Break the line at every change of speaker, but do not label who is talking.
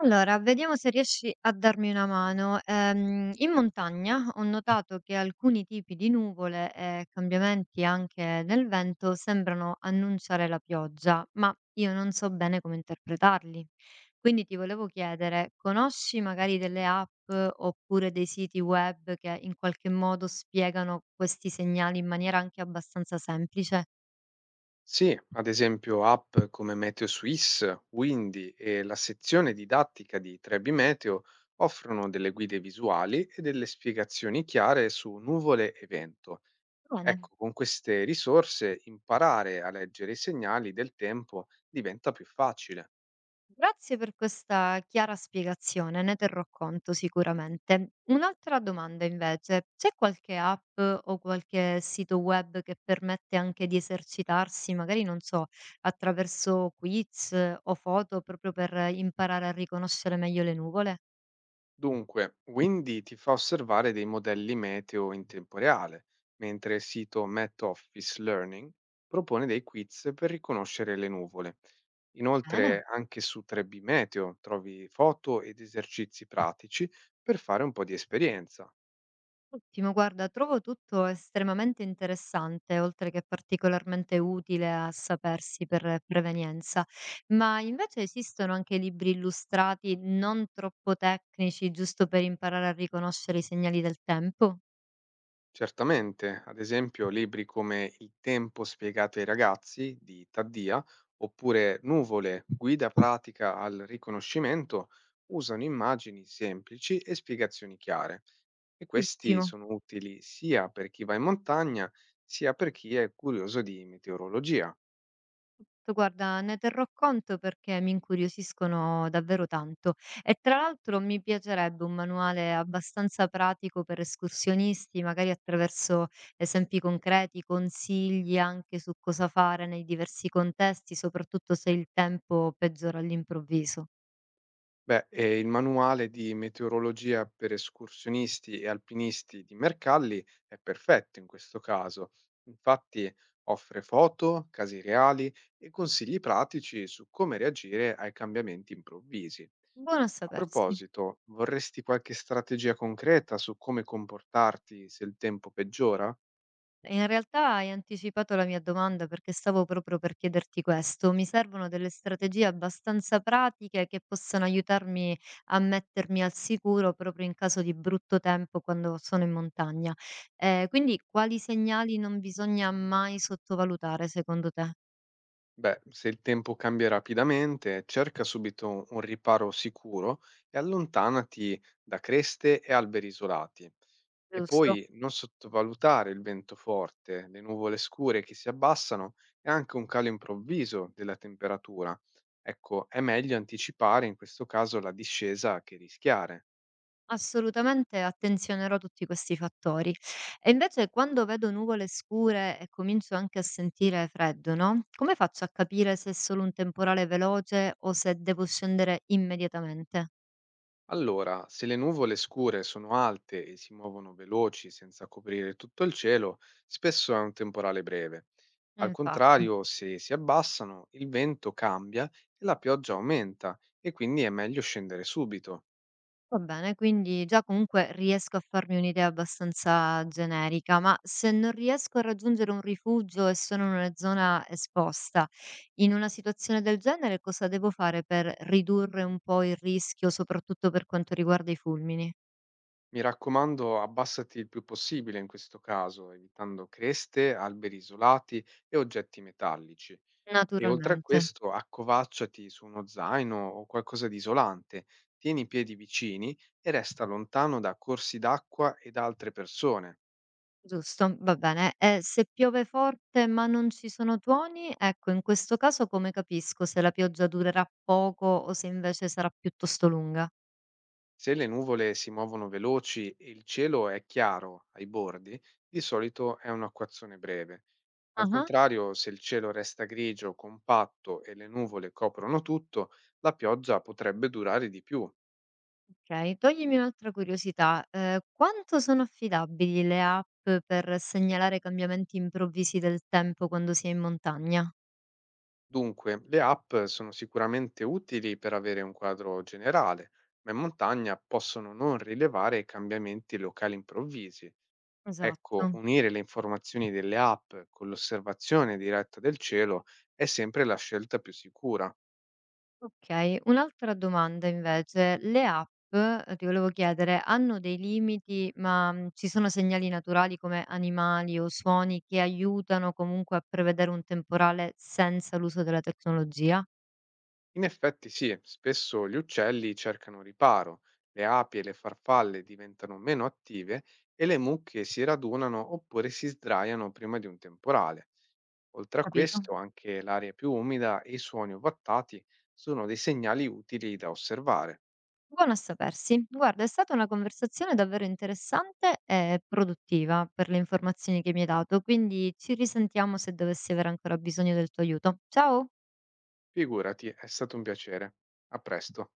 Allora, vediamo se riesci a darmi una mano. In montagna ho notato che alcuni tipi di nuvole e cambiamenti anche nel vento sembrano annunciare la pioggia, ma io non so bene come interpretarli. Quindi ti volevo chiedere, conosci magari delle app oppure dei siti web che in qualche modo spiegano questi segnali in maniera anche abbastanza semplice?
Sì, ad esempio app come Meteo Swiss, Windy e la sezione didattica di Trebi Meteo offrono delle guide visuali e delle spiegazioni chiare su nuvole e vento.
Bene.
Ecco, con queste risorse imparare a leggere i segnali del tempo diventa più facile.
Grazie per questa chiara spiegazione, ne terrò conto sicuramente. Un'altra domanda invece, c'è qualche app o qualche sito web che permette anche di esercitarsi, magari non so, attraverso quiz o foto proprio per imparare a riconoscere meglio le nuvole?
Dunque, Windy ti fa osservare dei modelli meteo in tempo reale, mentre il sito Met Office Learning propone dei quiz per riconoscere le nuvole.
Bene.
Inoltre, anche su 3B Meteo trovi foto ed esercizi pratici per fare un po' di esperienza.
Ottimo, guarda, trovo tutto estremamente interessante, oltre che particolarmente utile a sapersi per prevenienza. Ma invece esistono anche libri illustrati non troppo tecnici, giusto per imparare a riconoscere i segnali del tempo?
Certamente, ad esempio, libri come Il tempo spiegato ai ragazzi di Taddia oppure Nuvole, guida pratica al riconoscimento usano immagini semplici e spiegazioni chiare. E questi
Ottimo.
sono utili sia per chi va in montagna, sia per chi è curioso di meteorologia.
Guarda, ne terrò conto perché mi incuriosiscono davvero tanto e tra l'altro mi piacerebbe un manuale abbastanza pratico per escursionisti, magari attraverso esempi concreti, consigli anche su cosa fare nei diversi contesti, soprattutto se il tempo peggiora all'improvviso.
Beh, e il manuale di meteorologia per escursionisti e alpinisti di Mercalli è perfetto in questo caso. Infatti offre foto, casi reali e consigli pratici su come reagire ai cambiamenti improvvisi.
Buono a
A
sapersi.
proposito, vorresti qualche strategia concreta su come comportarti se il tempo peggiora?
E in realtà hai anticipato la mia domanda perché stavo proprio per chiederti questo. Mi servono delle strategie abbastanza pratiche che possano aiutarmi a mettermi al sicuro proprio in caso di brutto tempo quando sono in montagna. Quindi quali segnali non bisogna mai sottovalutare secondo te?
Beh, se il tempo cambia rapidamente, cerca subito un riparo sicuro e allontanati da creste e alberi isolati. E
Giusto?
poi non sottovalutare il vento forte, le nuvole scure che si abbassano e anche un calo improvviso della temperatura. Ecco, è meglio anticipare in questo caso la discesa che rischiare.
Assolutamente attenzionerò tutti questi fattori. E invece quando vedo nuvole scure e comincio anche a sentire freddo, no? Come faccio a capire se è solo un temporale veloce o se devo scendere immediatamente?
Allora, se le nuvole scure sono alte e si muovono veloci senza coprire tutto il cielo, spesso è un temporale breve. Al
Infatti.
contrario, se si abbassano, il vento cambia e la pioggia aumenta, e quindi è meglio scendere subito.
Va bene, quindi già comunque riesco a farmi un'idea abbastanza generica, ma se non riesco a raggiungere un rifugio e sono in una zona esposta, in una situazione del genere cosa devo fare per ridurre un po' il rischio, soprattutto per quanto riguarda i fulmini?
Mi raccomando, abbassati il più possibile in questo caso, evitando creste, alberi isolati e oggetti metallici. E oltre a
Naturalmente,
questo, accovacciati su uno zaino o qualcosa di isolante, tieni i piedi vicini e resta lontano da corsi d'acqua e da altre persone.
giusto, va bene. E se piove forte ma non ci sono tuoni, ecco, in questo caso come capisco se la pioggia durerà poco o se invece sarà piuttosto lunga?
Se le nuvole si muovono veloci e il cielo è chiaro ai bordi, di solito è un'acquazzone breve. Al
Ah.
contrario, se il cielo resta grigio, compatto e le nuvole coprono tutto, la pioggia potrebbe durare di più.
Okay, toglimi un'altra curiosità, quanto sono affidabili le app per segnalare cambiamenti improvvisi del tempo quando si è in montagna?
Dunque, le app sono sicuramente utili per avere un quadro generale, ma in montagna possono non rilevare cambiamenti locali improvvisi. Ecco,
Esatto.
unire le informazioni delle app con l'osservazione diretta del cielo è sempre la scelta più sicura.
Okay, un'altra domanda invece, le app, ti volevo chiedere, hanno dei limiti, ci sono segnali naturali come animali o suoni che aiutano comunque a prevedere un temporale senza l'uso della tecnologia?
In effetti sì, spesso gli uccelli cercano riparo, le api e le farfalle diventano meno attive e le mucche si radunano oppure si sdraiano prima di un temporale. Oltre a
Capito?
questo, anche l'area più umida e i suoni ovattati sono dei segnali utili da osservare.
Buono a sapersi. Guarda, è stata una conversazione davvero interessante e produttiva per le informazioni che mi hai dato, quindi ci risentiamo se dovessi avere ancora bisogno del tuo aiuto. Ciao!
Figurati, è stato un piacere. A presto.